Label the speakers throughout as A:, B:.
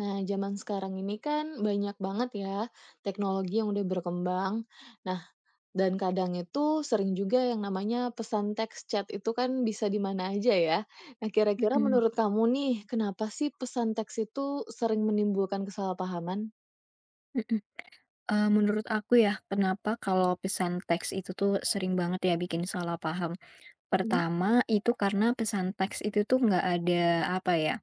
A: Nah, zaman sekarang ini kan banyak banget ya teknologi yang udah berkembang. Nah, dan kadang itu sering juga yang namanya pesan teks chat itu kan bisa di mana aja ya. Nah, kira-kira
B: Mhm
A: menurut kamu nih, kenapa sih pesan teks itu sering menimbulkan kesalahpahaman?
B: mhm. Menurut aku ya, kenapa kalau pesan teks itu tuh sering banget ya bikin salah paham.
A: Mhm.
B: Pertama, itu karena pesan teks itu tuh nggak ada, apa ya,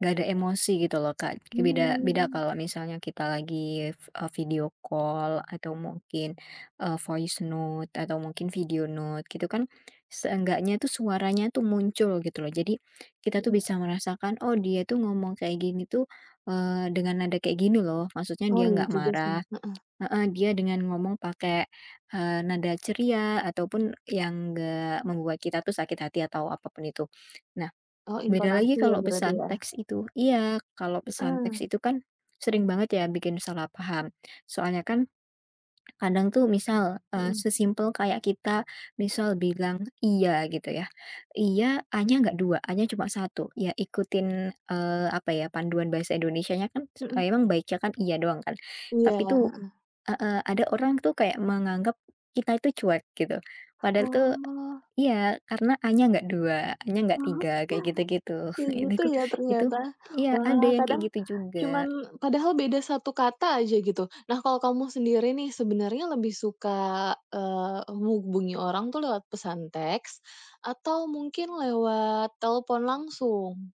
B: nggak ada emosi gitu loh, Kak. Beda beda
A: Mmm,
B: kalau misalnya kita lagi, video call atau mungkin, voice note atau mungkin video note gitu kan, seenggaknya tuh suaranya tuh muncul gitu loh. Jadi kita tuh
A: mhm.
B: bisa merasakan, oh dia tuh ngomong kayak gini tuh, dengan nada kayak gini loh, maksudnya
A: Oh,
B: dia
A: iya
B: nggak
A: juga sih,
B: marah,
A: heeh.
B: heeh, dia dengan ngomong pakai, nada ceria ataupun yang nggak membuat kita tuh sakit hati atau apapun itu. Nah,
A: Oh,
B: beda lagi
A: intonasi ya
B: kalau
A: berarti
B: pesan
A: ya?
B: teks itu, iya, kalau pesan
A: Heeh,
B: teks itu kan sering banget ya bikin salah paham. Soalnya kan kadang tuh misal,
A: mhm,
B: sesimpel kayak kita misal bilang "iya" gitu ya, iya "a"nya nggak 2, "a"nya cuma satu ya ikutin, apa ya, panduan bahasa Indonesianya kan, eh,
A: mhm.
B: emang baiknya kan iya doang kan. Tapi
A: Iya.
B: tuh, heeh, ada orang tuh kayak menganggap kita itu cuek gitu, padahal tuh,
A: Oh,
B: iya, karena A-nya nggak 2, A-nya nggak 3 kayak gitu-gitu.
A: kayak
B: Itu
A: gitu
B: ku
A: ya
B: itu
A: ternyata.
B: iya, ada
A: Wah,
B: yang kayak
A: kadang
B: gitu juga.
A: cuman padahal beda satu kata aja gitu. Nah, kalau kamu sendiri nih sebenarnya lebih suka, menghubungi orang tuh lewat pesan teks atau mungkin lewat telepon langsung?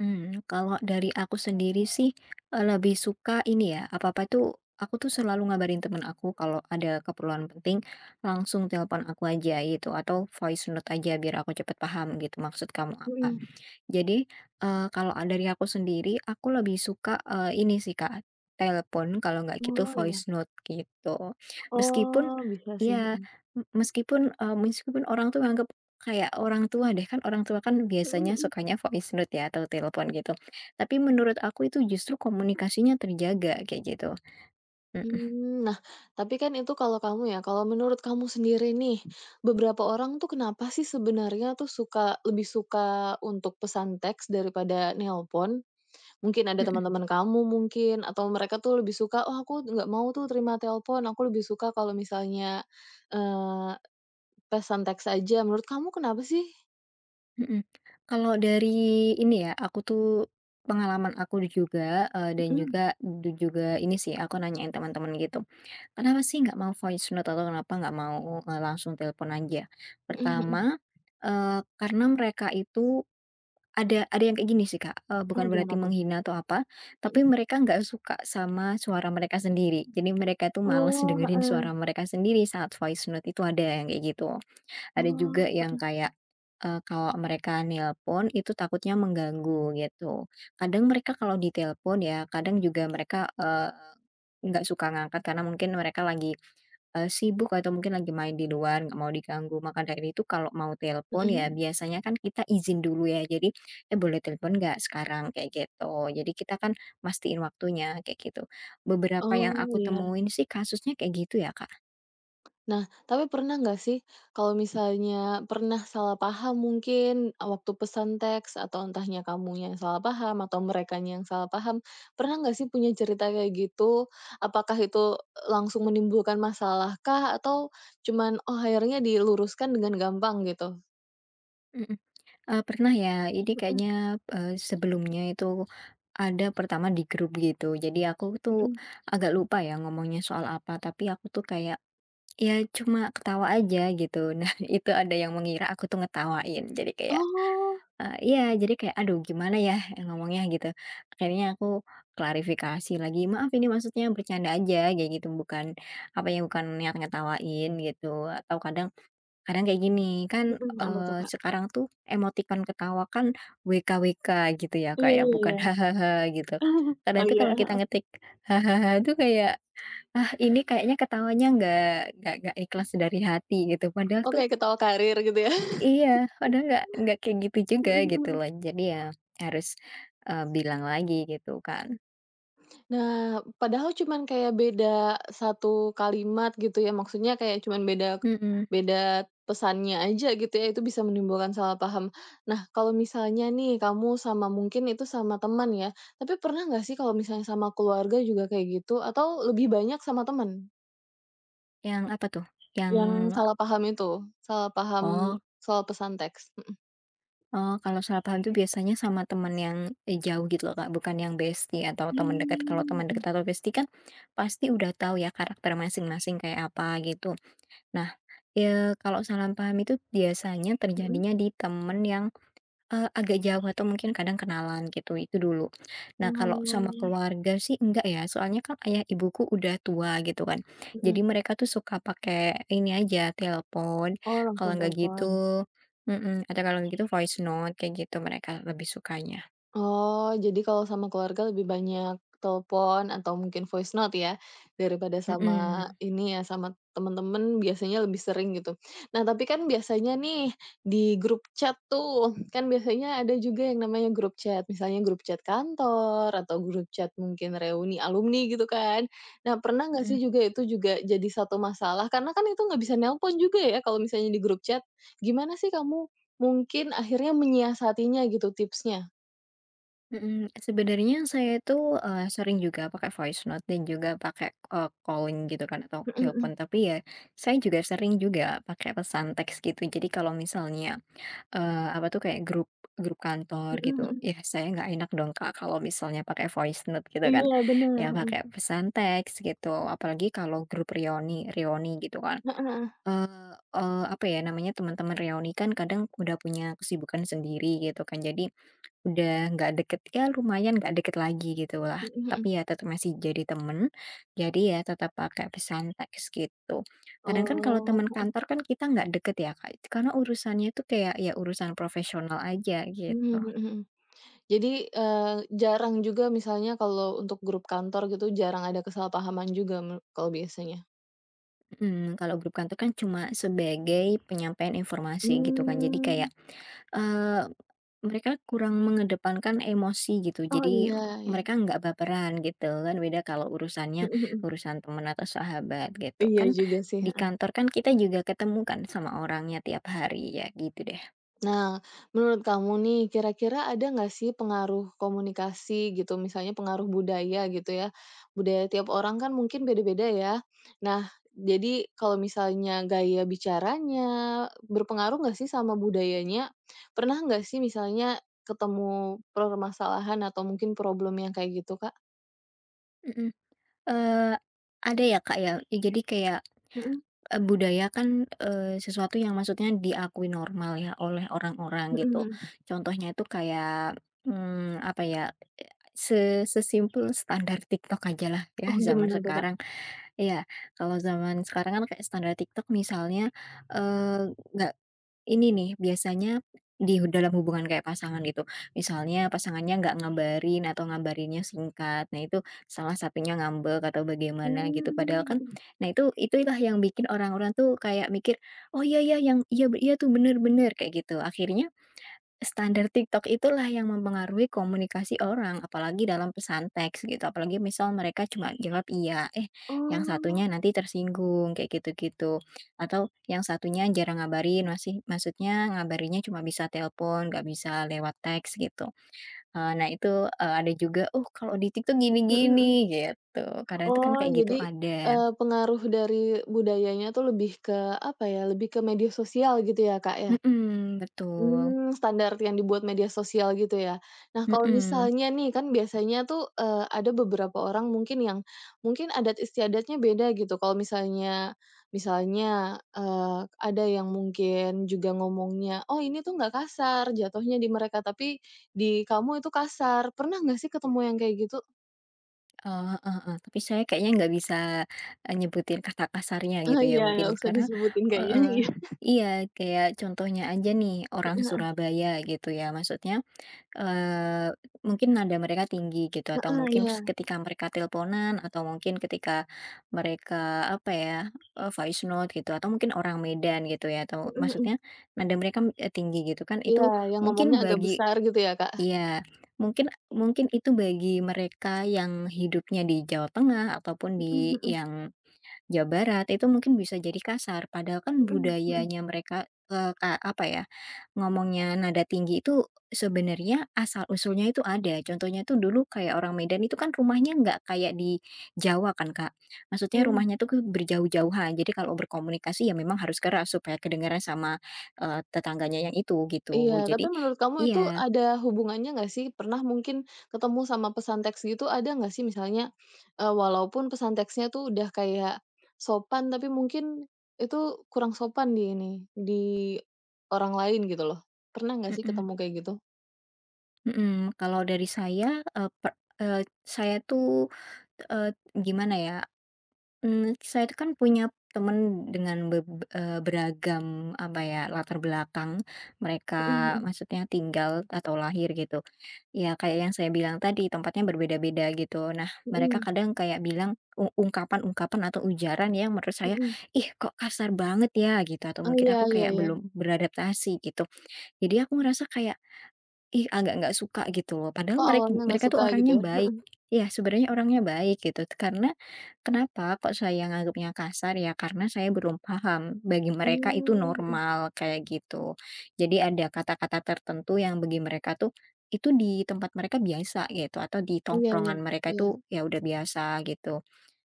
B: Mmm, kalau dari aku sendiri sih, lebih suka ini ya, apa-apa tuh aku tuh selalu ngabarin temen aku kalau ada keperluan penting, langsung telepon aku aja gitu, atau voice note aja biar aku cepet paham gitu maksud kamu apa.
A: Mhm.
B: Jadi, kalau dari aku sendiri, aku lebih suka, ini sih Kak, telepon kalau nggak gitu
A: Oh iya.
B: voice note gitu. Meskipun
A: Oh, bisa sih,
B: ya,
A: mhm.
B: meskipun orang tuh nganggep kayak orang tua deh, kan orang tua kan
A: Mhm
B: biasanya
A: mhm.
B: sukanya voice note ya atau telepon gitu. Tapi menurut aku itu justru komunikasinya terjaga kayak gitu. Mhm
A: Mmm, nah, tapi kan itu kalau kamu ya, kalau menurut kamu sendiri nih, beberapa orang tuh kenapa sih sebenarnya tuh lebih suka untuk pesan teks daripada nelpon? Mungkin ada
B: mhm.
A: teman-teman kamu mungkin, atau mereka tuh lebih suka, "Oh, aku nggak mau tuh terima telepon, aku lebih suka kalau misalnya, eee, pesan teks aja." Menurut kamu kenapa sih?
B: Mhm. Kalau dari ini ya, aku tuh pengalaman aku juga, dan
A: Mhm.
B: juga du juga ini sih, aku nanyain teman-teman gitu. Kenapa sih nggak mau voice note atau kenapa nggak mau, langsung telepon aja?
A: Mhm mhm.
B: Pertama, karena mereka itu ada yang kayak gini sih, Kak,
A: Oh,
B: bukan
A: gimana
B: berarti
A: tuh?
B: menghina atau apa, tapi
A: Mhm.
B: mereka nggak suka sama suara mereka sendiri. Jadi mereka tuh males
A: Oh,
B: dengerin
A: heeh.
B: suara mereka sendiri saat voice note, itu ada yang kayak gitu. Ada
A: Oh.
B: juga yang kayak, kalau mereka nelpon itu takutnya mengganggu gitu. Kadang mereka kalau ditelepon ya, kadang juga mereka, nggak suka ngangkat karena mungkin mereka lagi, sibuk atau mungkin lagi main di luar, nggak mau diganggu. Maka dari itu kalau mau telepon ya
A: Mhm.
B: biasanya kan kita izin dulu ya. Jadi, "Eh, boleh telepon nggak sekarang?" Kayak gitu. Jadi kita kan mastiin waktunya kayak gitu. Beberapa yang
A: Oh,
B: aku
A: iya.
B: temuin sih kasusnya kayak gitu ya,
A: Nah, tapi pernah nggak sih kalau misalnya pernah salah paham mungkin, waktu pesan teks atau entahnya kamunya yang salah paham atau merekanya yang salah paham, pernah nggak sih punya cerita kayak gitu? Apakah itu langsung menimbulkan masalah kah atau cuman, oh, akhirnya diluruskan dengan gampang gitu?
B: Kak. Pernah ya. Ini
A: Mhm
B: kayaknya, sebelumnya itu ada pertama di grup gitu. Jadi aku tuh
A: mhm.
B: agak lupa ya ngomongnya soal apa, tapi aku tuh kayak, ya cuma ketawa aja gitu. Nah, itu ada yang mengira aku tuh ngetawain. Jadi kayak,
A: Oh,
B: iya, jadi kayak, "Aduh gimana ya ngomongnya?" Gitu. Akhirnya aku klarifikasi lagi, "Maaf ini maksudnya bercanda aja," kayak gitu, "bukan apa ya, bukan niat ngetawain," gitu. Atau kadang, kadang kayak gini, kan,
A: mhm. Apa tuh, Kak?
B: sekarang tuh emotikon ketawa kan WKWK gitu ya,
A: Iya
B: kayak
A: iya
B: bukan
A: iya.
B: hahaha gitu. Kadang
A: Oh,
B: itu kalau kita
A: iya.
B: ngetik hahaha tuh kayak, ah, ini kayaknya ketawanya nggak ikhlas dari hati gitu, padahal tuh
A: Oke, ketawa karir gitu ya?
B: iya, padahal nggak kayak gitu juga
A: Mhm
B: gitu
A: mhm.
B: loh. Jadi ya harus, bilang lagi gitu kan.
A: Nah, padahal cuman kayak beda satu kalimat gitu ya, maksudnya kayak cuman beda
B: Mhm,
A: beda pesannya aja gitu ya, itu bisa menimbulkan salah paham. Nah, kalau misalnya nih kamu sama mungkin itu sama teman ya, tapi pernah nggak sih kalau misalnya sama keluarga juga kayak gitu? Atau lebih banyak sama teman
B: yang apa tuh? Yang
A: yang salah paham itu, salah
B: oh
A: paham soal pesan teks?
B: Oh, kalau salah paham tuh biasanya sama teman yang, jauh gitu loh, Kak, bukan yang bestie atau teman dekat. Kalau teman dekat
A: Mhm.
B: atau bestie kan pasti udah tahu ya karakter masing-masing kayak apa gitu. Nah, kalau salah paham itu biasanya
A: Mmm, mhm
B: terjadinya di teman yang, agak jauh atau mungkin kadang kenalan gitu, itu dulu. Nah, kalau sama
A: mhm.
B: keluarga sih enggak ya, soalnya kan ayah ibuku udah tua gitu kan.
A: Oh,
B: Jadi
A: mhm.
B: mereka tuh suka pakai ini aja, telepon,
A: Oh, langsung
B: kalau enggak
A: telepon.
B: gitu mhm, atau kalau enggak gitu voice note kayak gitu mereka lebih sukanya.
A: Oh, jadi kalau sama keluarga lebih banyak telepon atau mungkin voice note ya, daripada sama
B: Mhm
A: ini ya, sama temen-temen biasanya lebih sering gitu. Nah, tapi kan biasanya nih di grup chat tuh, kan biasanya ada juga yang namanya grup chat, misalnya grup chat kantor atau grup chat mungkin reuni alumni gitu kan. Nah, pernah nggak
B: mhm
A: sih juga itu juga jadi satu masalah? Karena kan itu nggak bisa nelpon juga ya kalau misalnya di grup chat. Gimana sih kamu mungkin akhirnya menyiasatinya gitu tipsnya?
B: mhm, sebenarnya saya tuh sering juga pakai voice note dan juga pakai, calling gitu kan atau
A: Mhm
B: telepon,
A: mhm.
B: tapi ya saya juga sering juga pakai pesan teks gitu. Jadi kalau misalnya, apa tuh, kayak grup grup kantor
A: Mhm
B: gitu.
A: mhm.
B: Ya saya nggak enak dong, Kak, kalau misalnya pakai voice note gitu kan,
A: Iya bener,
B: ya
A: heeh.
B: pakai pesan teks gitu, apalagi kalau grup reoni reoni gitu kan.
A: Heeh heeh.
B: Eee eee, apa ya namanya, teman-teman reoni kan kadang udah punya kesibukan sendiri gitu kan, jadi udah nggak deket ya lumayan nggak deket lagi gitulah,
A: Mhm mhm.
B: tapi ya tetap masih jadi temen, jadi ya tetap pakai pesan teks gitu. Kadang kan kalau
A: Oh,
B: teman kantor kan kita nggak deket ya Kak, karena urusannya tuh kayak ya urusan profesional aja
A: mhm
B: gitu.
A: mhm mhm. Jadi, eee, jarang juga misalnya kalau untuk grup kantor gitu jarang ada kesalahpahaman juga kalau biasanya?
B: Mhm, kalau grup kantor kan cuma sebagai penyampaian informasi gitu kan jadi kayak,
A: Mmm,
B: mereka kurang mengedepankan emosi gitu,
A: oh
B: jadi
A: iya iya.
B: mereka nggak baperan gitu kan, beda kalau urusannya
A: Mhm mhm.
B: urusan teman atau sahabat gitu.
A: Iya
B: Kan
A: juga sih.
B: di kantor kan kita juga ketemu kan sama orangnya tiap hari ya gitu deh.
A: Nah, menurut kamu nih, kira-kira ada nggak sih pengaruh komunikasi gitu, misalnya pengaruh budaya gitu ya? Budaya tiap orang kan mungkin beda-beda ya. Nah, jadi kalau misalnya gaya bicaranya berpengaruh nggak sih sama budayanya? Pernah nggak sih misalnya ketemu permasalahan atau mungkin problem yang kayak gitu, Kak?
B: Mhm. Eee, ada ya Kak ya, ya jadi kayak,
A: Mhm
B: budaya kan, sesuatu yang maksudnya diakui normal ya oleh orang-orang gitu.
A: mhm.
B: Contohnya itu kayak, mmm, apa ya, sesimpel standar TikTok aja lah ya
A: Oh,
B: zaman
A: gimana tuh, Kak?
B: sekarang. Iya, kalau zaman sekarang kan kayak standar TikTok misalnya, nggak ini nih, biasanya di dalam hubungan kayak pasangan gitu, misalnya pasangannya nggak ngabarin atau ngabarinnya singkat, nah itu salah satunya ngambek atau bagaimana gitu,
A: Mmm,
B: padahal kan
A: mhm.
B: nah itu itulah yang bikin orang-orang tuh kayak mikir, "Oh, iya iya, yang iya iya tuh, bener bener," kayak gitu. Akhirnya standar TikTok itulah yang mempengaruhi komunikasi orang, apalagi dalam pesan teks gitu, apalagi misal mereka cuma jawab iya, eh yang
A: Oh.
B: satunya nanti tersinggung kayak gitu-gitu. Atau yang satunya jarang ngabarin, masih maksudnya ngabarinnya cuma bisa telepon, nggak bisa lewat teks gitu. Nah itu, ada juga, "Oh kalau di TikTok
A: Mhm mhm.
B: gini-gini," gitu. Kadang itu kan
A: Oh,
B: kayak gitu
A: jadi,
B: ada.
A: pengaruh dari budayanya tuh lebih ke, apa ya, lebih ke media sosial gitu ya, Kak, ya?
B: Mhm, betul.
A: Mmm, standar yang dibuat media sosial gitu ya. Nah, kalau
B: Mhm.
A: misalnya nih, kan biasanya tuh, ada beberapa orang mungkin yang mungkin adat istiadatnya beda gitu. Kalau misalnya misalnya, ada yang mungkin juga ngomongnya, "Oh, ini tuh nggak kasar," jatuhnya di mereka, tapi di kamu itu kasar. Pernah nggak sih ketemu yang kayak gitu?
B: Oh, heeh heeh. Tapi saya kayaknya nggak bisa, nyebutin kata kasarnya
A: Ah,
B: gitu ya
A: iya,
B: mungkin
A: nggak usah
B: karena,
A: disebutin kayaknya,
B: heeh,
A: iya.
B: iya, kayak contohnya aja nih orang Surabaya gitu ya maksudnya, eee, mungkin nada mereka tinggi gitu atau
A: Heeh,
B: mungkin
A: iya.
B: ketika mereka teleponan atau mungkin ketika mereka apa ya, voice note gitu atau mungkin orang Medan gitu ya atau
A: Mhm
B: maksudnya
A: mhm.
B: nada mereka, tinggi gitu kan
A: Iya,
B: itu
A: yang ngomongnya
B: mungkin
A: agak
B: bagi,
A: besar gitu ya, Kak?
B: iya, mungkin mungkin itu bagi mereka yang hidupnya di Jawa Tengah ataupun
A: Mhm
B: di
A: mhm.
B: yang Jawa Barat itu mungkin bisa jadi kasar, padahal kan
A: Mhm mhm
B: budayanya mereka, apa ya, ngomongnya nada tinggi itu sebenarnya asal-usulnya itu ada. Contohnya itu dulu kayak orang Medan itu kan rumahnya nggak kayak di Jawa kan, Kak. Maksudnya
A: mhm.
B: rumahnya tuh ke berjauh-jauhan, jadi kalau berkomunikasi ya memang harus keras supaya kedengaran sama, tetangganya yang itu,
A: Iya,
B: gitu.
A: tapi
B: Jadi
A: menurut kamu itu
B: iya,
A: ada hubungannya nggak sih? Pernah mungkin ketemu sama pesan teks gitu, ada nggak sih misalnya, walaupun pesan teksnya tuh udah kayak sopan, tapi mungkin itu kurang sopan di ini, di orang lain gitu loh. Pernah nggak sih
B: mhm.
A: ketemu kayak gitu?
B: Mhm, kalau dari saya, saya tuh, eee, gimana ya, mmm, saya itu kan punya temen dengan beragam, apa ya, latar belakang mereka
A: Mhm mhm.
B: maksudnya tinggal atau lahir gitu. Ya kayak yang saya bilang tadi, tempatnya berbeda-beda gitu. Nah, mereka
A: Mhm
B: kadang kayak bilang ungkapan-ungkapan atau ujaran yang menurut saya,
A: mhm.
B: "Ih, kok kasar banget ya?" Gitu, atau
A: Oh,
B: mungkin
A: iya
B: aku
A: iya
B: kayak
A: iya.
B: belum beradaptasi gitu. Jadi aku ngerasa kayak, ih, agak nggak suka gitu loh, padahal
A: Oh,
B: mereka
A: awalnya nggak
B: mereka tuh
A: suka gitu
B: orangnya
A: ya?
B: baik.
A: Mhm.
B: Iya, sebenarnya orangnya baik gitu, karena kenapa kok saya nganggapnya kasar ya, karena saya belum paham, bagi mereka itu
A: Mmm, mhm.
B: normal kayak gitu. Jadi ada kata-kata tertentu yang bagi mereka tuh, itu di tempat mereka biasa gitu, atau di
A: Iya iya.
B: tongkrongan mereka
A: Iya.
B: itu ya udah biasa gitu.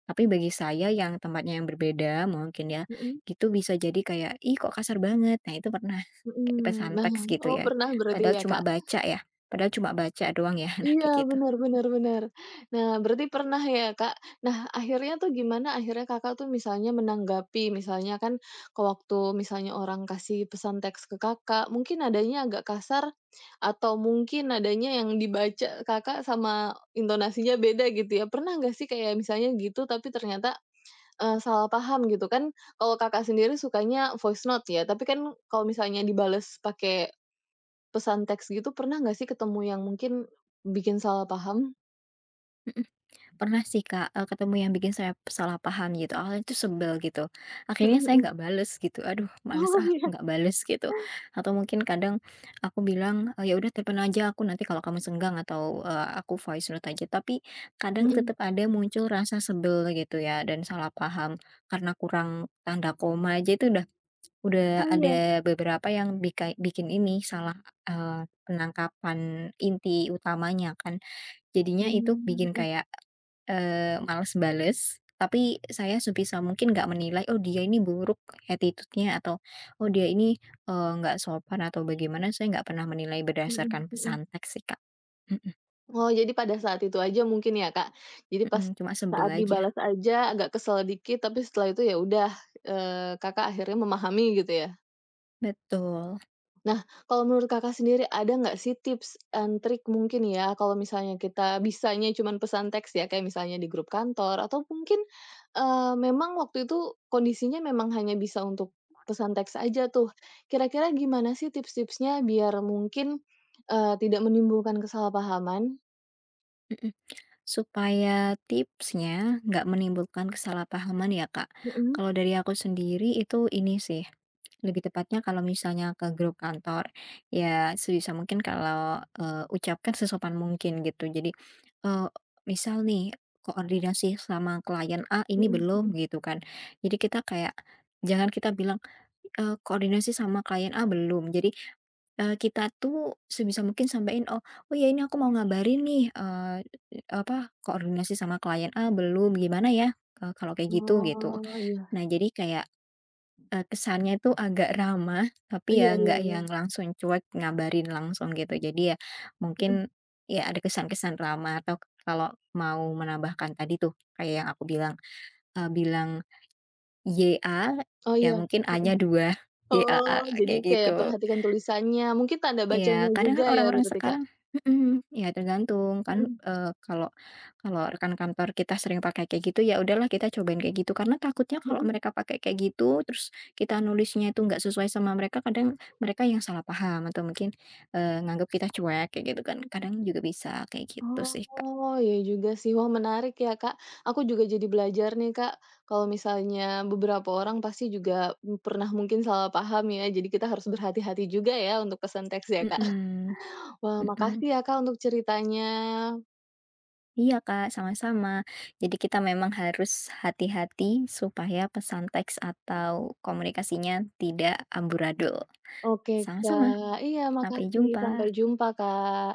B: Tapi bagi saya yang tempatnya yang berbeda mungkin ya,
A: Mhm
B: itu bisa jadi kayak, "Ih kok kasar banget?" Nah itu pernah, kayak pesan
A: mhm. Nah,
B: teks gitu
A: oh
B: ya,
A: pernah berarti
B: padahal
A: ya,
B: cuma
A: Kak?
B: baca ya, padahal cuma baca doang ya, nah
A: Iya,
B: kayak gitu.
A: benar-benar benar. Benar. Nah, berarti pernah ya, Kak. Nah, akhirnya tuh gimana akhirnya Kakak tuh misalnya menanggapi, misalnya kan ke waktu misalnya orang kasih pesan teks ke Kakak, mungkin nadanya agak kasar atau mungkin nadanya yang dibaca Kakak sama intonasinya beda gitu ya. Pernah nggak sih kayak misalnya gitu tapi ternyata, salah paham gitu? Kan kalau Kakak sendiri sukanya voice note ya, tapi kan kalau misalnya dibales pakai pesan teks gitu pernah nggak sih ketemu yang mungkin bikin salah paham?
B: Pernah sih Kak, ketemu yang bikin saya salah paham gitu, awalnya itu sebel gitu,
A: Mhm
B: akhirnya saya
A: mhm.
B: nggak bales gitu, aduh males
A: Oh
B: ah
A: iya.
B: nggak bales gitu, atau mungkin kadang aku bilang, "Ya udah telepon aja aku nanti kalau kamu senggang," atau, "Aku voice note aja," tapi kadang
A: Mhm.
B: tetap ada muncul rasa sebel gitu ya dan salah paham karena kurang tanda koma aja itu udah
A: Oh iya.
B: ada beberapa yang bikin ini salah, eee, penangkapan inti utamanya kan. Jadinya itu
A: Mmm,
B: bikin
A: mhm
B: kayak, males bales, tapi saya sebisa mungkin nggak menilai, "Oh dia ini buruk attitude-nya," atau, "Oh dia ini, nggak sopan," atau bagaimana, saya nggak pernah menilai
A: mhm
B: berdasarkan
A: mhm.
B: pesan teks sih, Kak. Mhm
A: Oh, jadi pada saat itu aja mungkin ya, Kak? Jadi pas
B: mhm, cuma sebel
A: saat
B: aja.
A: dibalas aja agak kesel dikit, tapi setelah itu ya udah, Kakak akhirnya memahami gitu ya?
B: Betul,
A: Nah, kalau menurut Kakak sendiri ada nggak sih tips and trik mungkin ya, kalau misalnya kita bisanya cuman pesan teks ya, kayak misalnya di grup kantor atau mungkin, memang waktu itu kondisinya memang hanya bisa untuk pesan teks aja tuh. Kira-kira gimana sih tips-tipsnya biar mungkin, tidak menimbulkan kesalahpahaman?
B: mhm. Supaya tipsnya nggak menimbulkan kesalahpahaman ya, Kak.
A: Mhm
B: Kalau dari aku sendiri itu ini sih, lebih tepatnya kalau misalnya ke grup kantor, ya sebisa mungkin kalau, ucapkan sesopan mungkin gitu. Jadi, eee, misal nih koordinasi sama klien A ini
A: mhm
B: belum
A: mhm.
B: gitu kan. Jadi kita kayak jangan kita bilang, "Koordinasi sama klien A belum." Jadi, kita tuh sebisa mungkin sampein, "Oh ya ini aku mau ngabarin nih, apa, koordinasi sama klien A belum, gimana ya, kalau kayak gitu?" Gitu.
A: Oh, iya.
B: Nah jadi kayak, kesannya itu agak ramah, tapi
A: Iya
B: ya
A: iya
B: nggak
A: iya.
B: yang langsung cuek ngabarin langsung gitu. Jadi ya
A: Mhm.
B: mungkin ya ada kesan-kesan ramah atau kalau mau menambahkan tadi tuh kayak yang aku bilang, bilang "Y A"
A: Oh,
B: ya
A: iya.
B: mungkin
A: Mhm.
B: A-nya 2, "Y A A"
A: Oh, jadi
B: kayak
A: kayak
B: gitu.
A: perhatikan tulisannya, mungkin tanda
B: Iya,
A: bacanya
B: kadang
A: juga
B: kan
A: ya
B: orang-orang
A: berarti, Kak?
B: sekarang, mhm, ya tergantung kan,
A: Mhm.
B: kalau kalau rekan kantor kita sering pakai kayak gitu, ya udahlah kita cobain kayak gitu. Karena takutnya kalau
A: Mhm.
B: mereka pakai kayak gitu, terus kita nulisnya itu nggak sesuai sama mereka, kadang mereka yang salah paham atau mungkin, nganggep kita cuek kayak gitu kan, kadang juga bisa kayak gitu sih, Kak.
A: Oh, iya juga sih. Wah, menarik ya, Kak. Aku juga jadi belajar nih, Kak. Kalau misalnya beberapa orang pasti juga pernah mungkin salah paham ya, jadi kita harus berhati-hati juga ya untuk pesan teks ya, Kak.
B: Mhm
A: Wah,
B: mhm.
A: makasih ya, Kak, untuk ceritanya.
B: Iya, Kak, sama-sama. Jadi kita memang harus hati-hati supaya pesan teks atau komunikasinya tidak amburadul.
A: Oke,
B: Sama-sama,
A: Kak. Iya,
B: sampai
A: makasih. Sampai
B: jumpa.
A: jumpa, Kak.